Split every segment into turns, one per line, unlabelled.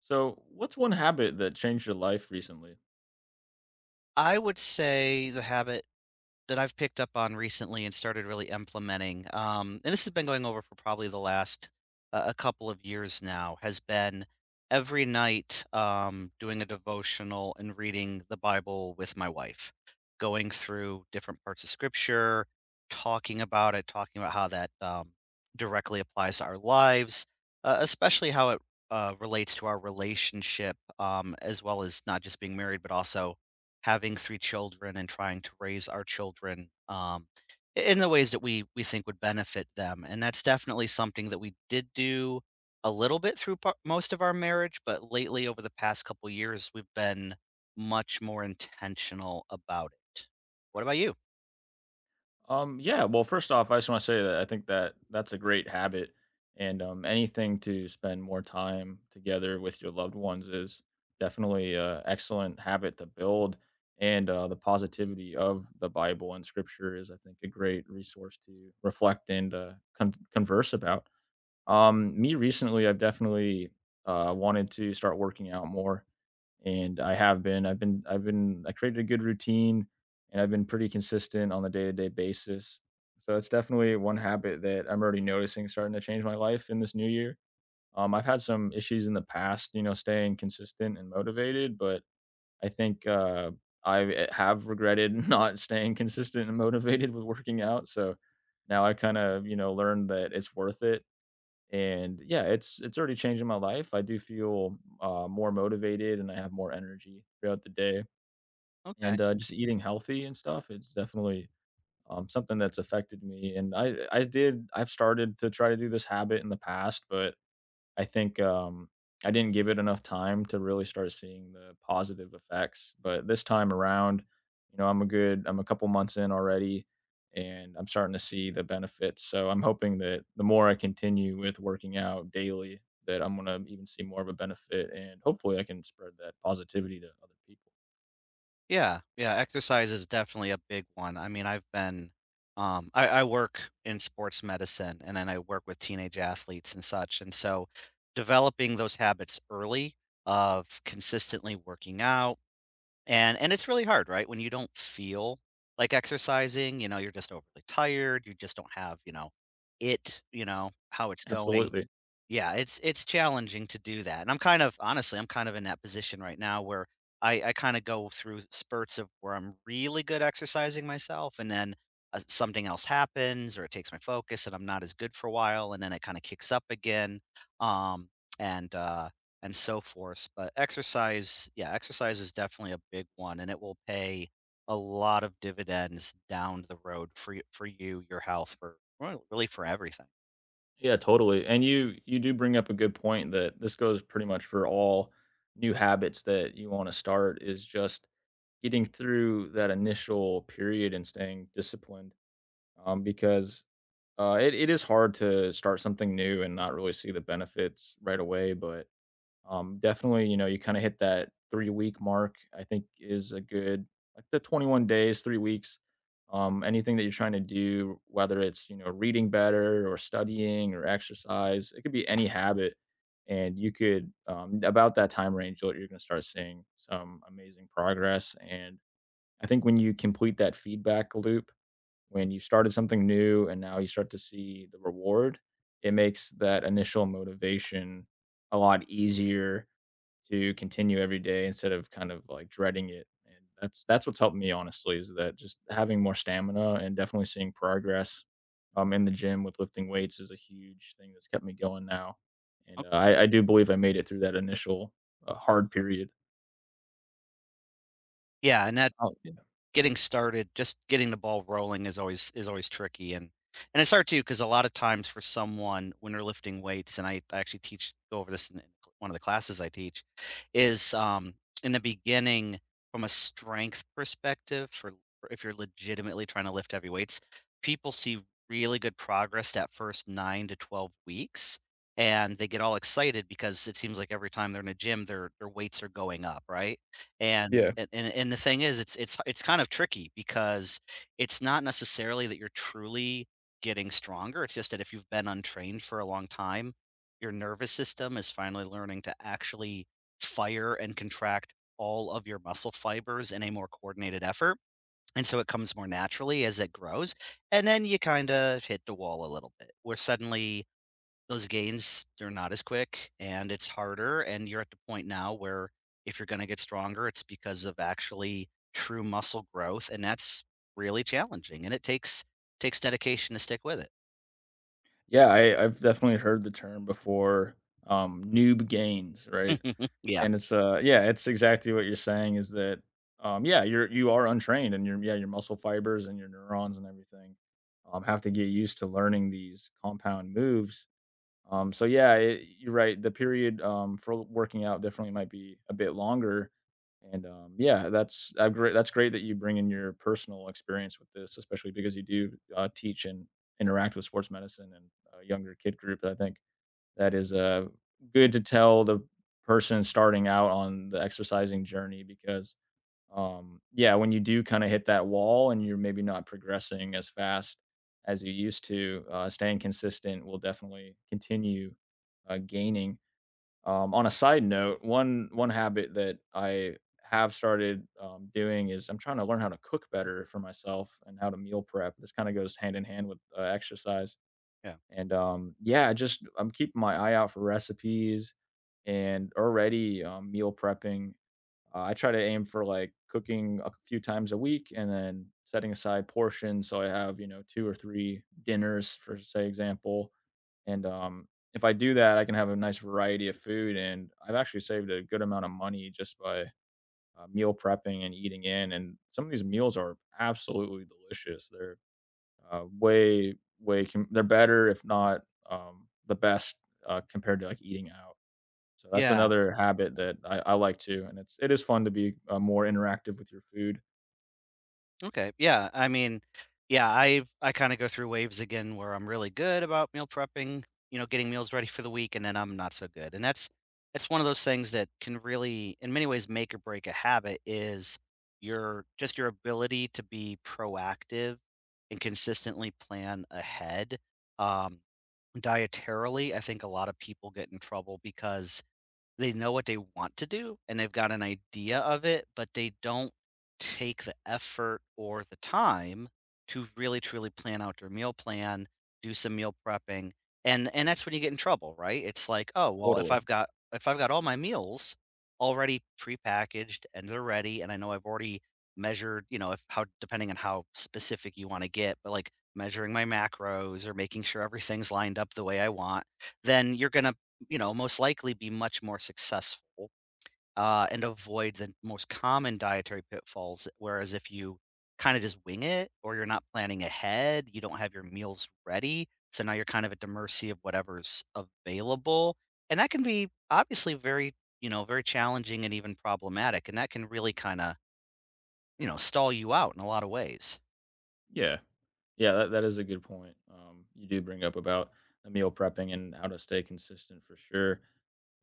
So, what's one habit that changed your life recently?
I would say the habit that I've picked up on recently and started really implementing, and this has been going over for probably the last a couple of years now, has been every night doing a devotional and reading the Bible with my wife, going through different parts of Scripture, talking about it, talking about how that directly applies to our lives, especially how it relates to our relationship, as well as not just being married, but also having 3 children and trying to raise our children, I in the ways that we think would benefit them, and that's definitely something that we did do a little bit through par most of our marriage, but lately, over the past couple years, we've been much more intentional about it. What about you?
Yeah, well, first off, I just want to say that I think that that's a great habit, and anything to spend more time together with your loved ones is definitely an excellent habit to build. And the positivity of the Bible and Scripture is, I think, a great resource to reflect and converse about. Me recently, I've definitely wanted to start working out more and I have been. I've been. I created a good routine and I've been pretty consistent on the day-to-day basis. So that's definitely one habit that I'm already noticing starting to change my life in this new year. I've had some issues in the past, you know, staying consistent and motivated, but I think have regretted not staying consistent and motivated with working out. So now I kind of, you know, learned that it's worth it and yeah, it's already changing my life. I do feel more motivated and I have more energy throughout the day.
Okay.
And just eating healthy and stuff, it's definitely something that's affected me. And I've started to try to do this habit in the past, but I think, I didn't give it enough time to really start seeing the positive effects, but this time around, you know, I'm a couple months in already, and I'm starting to see the benefits, so I'm hoping that the more I continue with working out daily, that I'm gonna even see more of a benefit, and hopefully I can spread that positivity to other people.
Yeah, yeah, exercise is definitely a big one. I mean, I work in sports medicine and then I work with teenage athletes and such. And so developing those habits early of consistently working out and it's really hard, right? When you don't feel like exercising, you know, you're just overly tired, you just don't have, you know, it, you know, how it's going.
Absolutely.
Yeah, it's challenging to do that, and I'm kind of honestly, I'm kind of in that position right now where I kinda go through spurts of where I'm really good exercising myself, and then, something else happens or it takes my focus and I'm not as good for a while, and then it kinda kicks up again, um, and, uh, and so forth, but exercise is definitely a big one, and it will pay a lot of dividends down the road for y for you, your health, for well, really for everything.
Yeah, totally, and you do bring up a good point that this goes pretty much for all new habits that you wanna start is just getting through that initial period and staying disciplined, because it is hard to start something new and not really see the benefits right away, but, definitely, you know, you kinda hit that three-week mark, I think is a good like, the 21 days, 3 weeks, anything that you're trying to do, whether it's, you know, reading better or studying or exercise, it could be any habit, and you could, about that time range, you're gonna start seeing some amazing progress and I think when you complete that feedback loop, when you started something new and now you start to see the reward, it makes that initial motivation a lot easier to continue every day instead of kind of like dreading it. And that's what's helped me honestly is that just having more stamina and definitely seeing progress in the gym with lifting weights is a huge thing that's kept me going now. And
Okay.
I do believe I made it through that initial hard period.
Yeah, and that
Oh, yeah.
getting started, just getting the ball rolling is always tricky and it's hard too because a lot of times for someone when they're lifting weights, and I actually teach go over this in one of the classes I teach, is in the beginning from a strength perspective for if you're legitimately trying to lift heavy weights, people see really good progress that first 9 to 12 weeks. And they get all excited because it seems like every time they're in a gym, their weights are going up, right? And
Yeah.
and and the thing is, it's kind of tricky because it's not necessarily that you're truly getting stronger, it's just that if you've been untrained for a long time, your nervous system is finally learning to actually fire and contract all of your muscle fibers in a more coordinated effort, and so it comes more naturally as it grows, and then you kinda hit the wall a little bit, where suddenly those gains, they're not as quick and it's harder. And you're at the point now where if you're going to get stronger, it's because of actually true muscle growth. And that's really challenging. And it takes dedication to stick with it.
Yeah, I've definitely heard the term before, noob gains, right?
Yeah.
And it's, yeah, it's exactly what you're saying is that, yeah, you are untrained and your yeah, your muscle fibers and your neurons and everything, have to get used to learning these compound moves so yeah, you're right. The period for working out definitely might be a bit longer. And yeah, that's I great. That's great that you bring in your personal experience with this, especially because you do teach and interact with sports medicine and a younger kid group. I think that is good to tell the person starting out on the exercising journey because yeah, when you do kinda hit that wall and you're maybe not progressing as fast as you used to, staying consistent will definitely continue, gaining. On a side note, one habit that I have started, doing is I'm trying to learn how to cook better for myself and how to meal prep. This kinda goes hand in hand with, exercise,
Yeah.
and, yeah, just I'm keeping my eye out for recipes and already, meal prepping I try to aim for like cooking a few times a week and then setting aside portions so I have, you know, two or three dinners for say example. And If I do that, I can have a nice variety of food and I've actually saved a good amount of money just by meal prepping and eating in and some of these meals are absolutely delicious. They're they're better if not the best compared to like eating out. So that's
Yeah.
another habit that I like too, and it is fun to be, more interactive with your food.
Okay. Yeah. I mean, yeah, I kind of go through waves again where I'm really good about meal prepping, you know, getting meals ready for the week, and then I'm not so good. And that's one of those things that can really, in many ways, make or break a habit is your just your ability to be proactive and consistently plan ahead. Um, Dietarily, I think a lot of people get in trouble because they know what they want to do, and they've got an idea of it, but they don't take the effort or the time to really truly plan out their meal plan, do some meal prepping, and that's when you get in trouble, right? It's like, "Oh, well, if I've
Totally.
got if I've got all my meals already prepackaged and they're ready, and I know I've already measured, you know, if how depending on how specific you wanna get, but, like, measuring my macros or making sure everything's lined up the way I want, then you're gonna you know, most likely be much more successful and avoid the most common dietary pitfalls. Whereas if you kind of just wing it or you're not planning ahead, you don't have your meals ready. So now you're kind of at the mercy of whatever's available. And that can be obviously very, you know, very challenging and even problematic. And that can really kind of, you know, stall you out in a lot of ways.
Yeah. Yeah, that is a good point. You do bring up about the meal prepping and how to stay consistent for sure.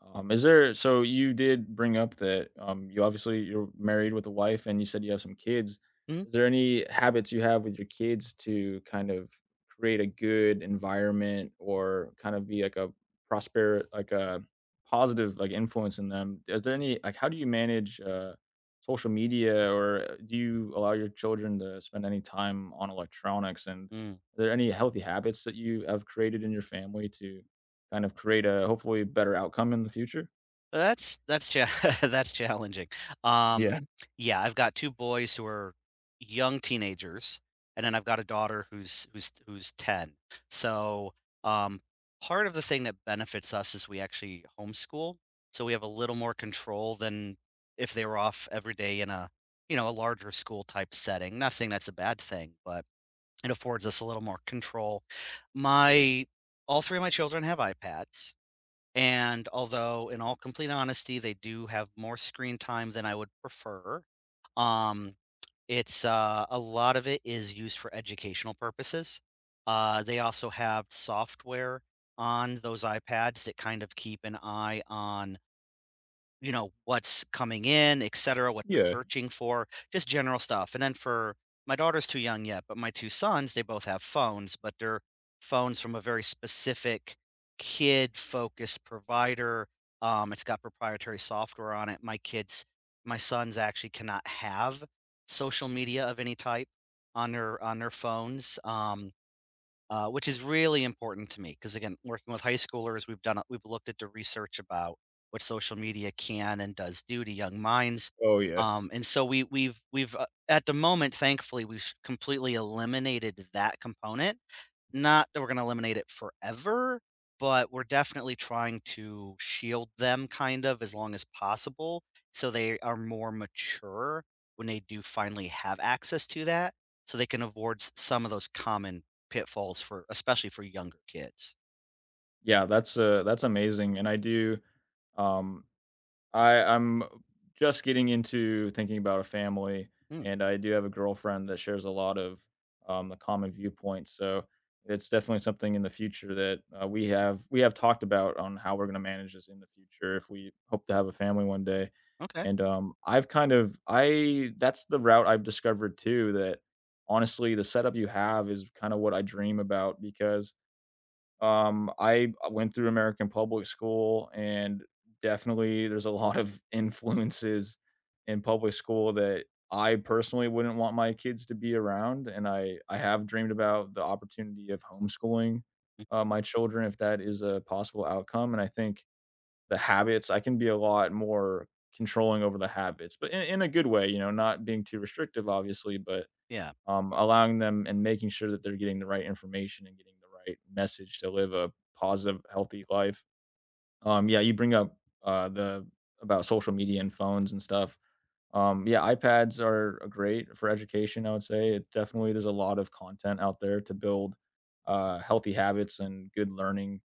Is there so You did bring up that you obviously you're married with a wife and you said you have some kids. Is there any habits you have with your kids to kind of create a good environment or kind of be like a prosper like a positive like influence in them? Is there any like how do you manage social media or do you allow your children to spend any time on electronics? And
Mhm.
are there any healthy habits that you have created in your family to kind of create a hopefully better outcome in the future?
That's cha that's challenging. Um,
Yeah.
yeah, I've got 2 boys who are young teenagers, and then I've got a daughter who's 10. So, um, part of the thing that benefits us is we actually homeschool, so we have a little more control than if they were off every day in a, you know, a larger school type setting. Not saying that's a bad thing, but it affords us a little more control. My all 3 of my children have iPads. And although, in all complete honesty, they do have more screen time than I would prefer, um, it's a lot of it is used for educational purposes. They also have software on those iPads that kind of keep an eye on you know, what's coming in, et cetera, what
Yeah.
they're searching for, just general stuff. And then for my daughter's too young yet, but my two sons, they both have phones, but they're phones from a very specific kid focused provider. It's got proprietary software on it. My kids, my sons actually cannot have social media of any type on their phones. Which is really important to me because again, working with high schoolers, we've looked at the research about what social media can and does do to young minds,
Oh, yeah.
and so we've at the moment, thankfully, we've completely eliminated that component not that we're gonna eliminate it forever, but we're definitely trying to shield them kind of as long as possible, so they are more mature when they do finally have access to that, so they can avoid s some of those common pitfalls for especially for younger kids.
Yeah, that's amazing. And I do um I I'm just getting into thinking about a family,
Mm,
and I do have a girlfriend that shares a lot of, the common viewpoints. So it's definitely something in the future that, we have talked about on how we're gonna manage this in the future if we hope to have a family one day,
okay.
and, I've kind of I that's the route I've discovered too that, honestly, the setup you have is kinda what I dream about because I went through American public school, and definitely there's a lot of influences in public school that I personally wouldn't want my kids to be around, and I have dreamed about the opportunity of homeschooling, my children if that is a possible outcome, and I think the habits I can be a lot more controlling over the habits, but in a good way, you know, not being too restrictive, obviously, but
Yeah.
allowing them and making sure that they're getting the right information and getting the right message to live a positive, healthy life. Yeah, you bring up the About social media and phones and stuff. Yeah, iPads are great for education. I would say it definitely. There's a lot of content out there to build healthy habits and good learning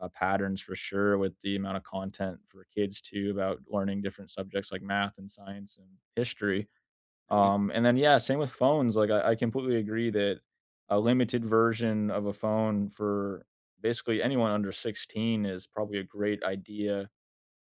patterns for sure. With the amount of content for kids too about learning different subjects like math and science and history
Mhm.
and then, yeah, same with phones. Like, I completely agree that a limited version of a phone for basically anyone under 16 is probably a great idea.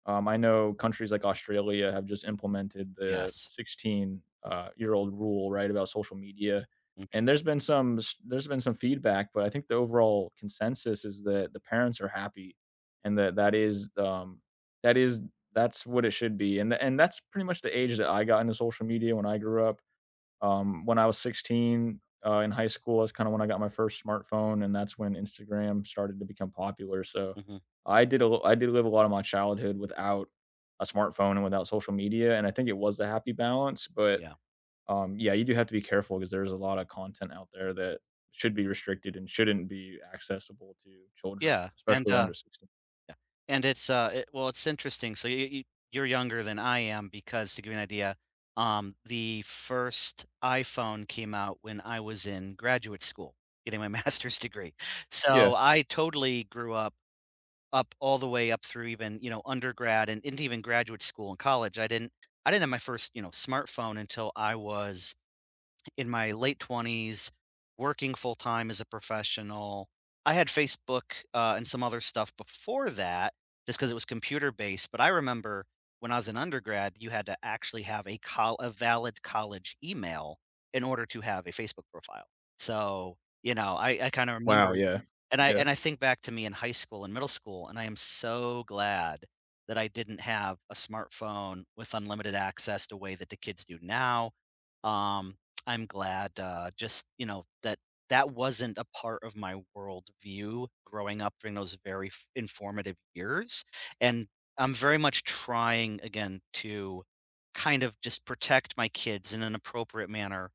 I know countries like Australia have just implemented the
Yes.
16 year old rule, right, about social media.
Mhm,
And there's been some there's been some feedback, but I think the overall consensus is that the parents are happy, and that that is that is that's what it should be. And that's pretty much the age that I got into social media when I grew up when I was 16, in high school, that's kinda when I got my first smartphone, and that's when Instagram started to become popular, so
mhm.
I did live a lot of my childhood without a smartphone and without social media, and I think it was a happy balance, but,
Yeah.
yeah, you do have to be careful because there's a lot of content out there that should be restricted and shouldn't be accessible to children,
Yeah, and,
especially
uh
under 16.
Yeah. And it's, well, it's interesting. So you're younger than I am because to give you an idea, the first iPhone came out when I was in graduate school getting my master's degree.
Yeah.
So I totally grew up all the way up through even, you know, undergrad and into even graduate school and college. I didn't have my first, you know, smartphone until I was in my late 20s, working full time as a professional. I had Facebook and some other stuff before that, just because it was computer based. But I remember when I was an undergrad, you had to actually have a valid college email in order to have a Facebook profile. So you know, I kind of
Wow,
remember,
yeah.
and I
Yeah.
and I think back to me in high school and middle school, and I am so glad that I didn't have a smartphone with unlimited access the way that the kids do now. Um, I'm glad, just, you know, that that wasn't a part of my worldview growing up during those very informative years. And I'm very much trying again to kind of just protect my kids in an appropriate manner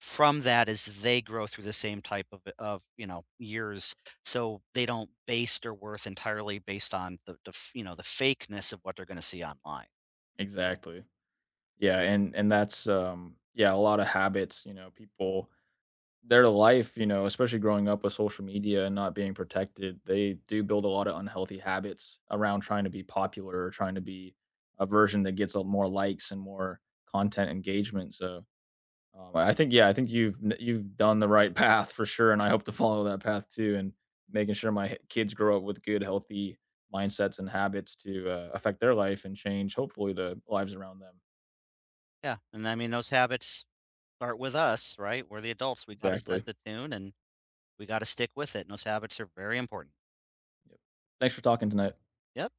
from that as they grow through the same type of, you know years so they don't base their worth entirely based on the, you know the fakeness of what they're going to see online.
Exactly. Yeah, and that's, yeah, a lot of habits, you know, people their life, you know, especially growing up with social media and not being protected, they do build a lot of unhealthy habits around trying to be popular or trying to be a version that gets a more likes and more content engagement. So, I think, yeah, I think you've done the right path for sure, and I hope to follow that path too, and making sure my kids grow up with good, healthy mindsets and habits to affect their life and change, hopefully, the lives around them.
Yeah, and I mean those habits start with us, right? We're the adults, we gotta
Exactly.
set the tune, and we gotta stick with it, and those habits are very important.
Yep. Thanks for talking tonight.
Yep.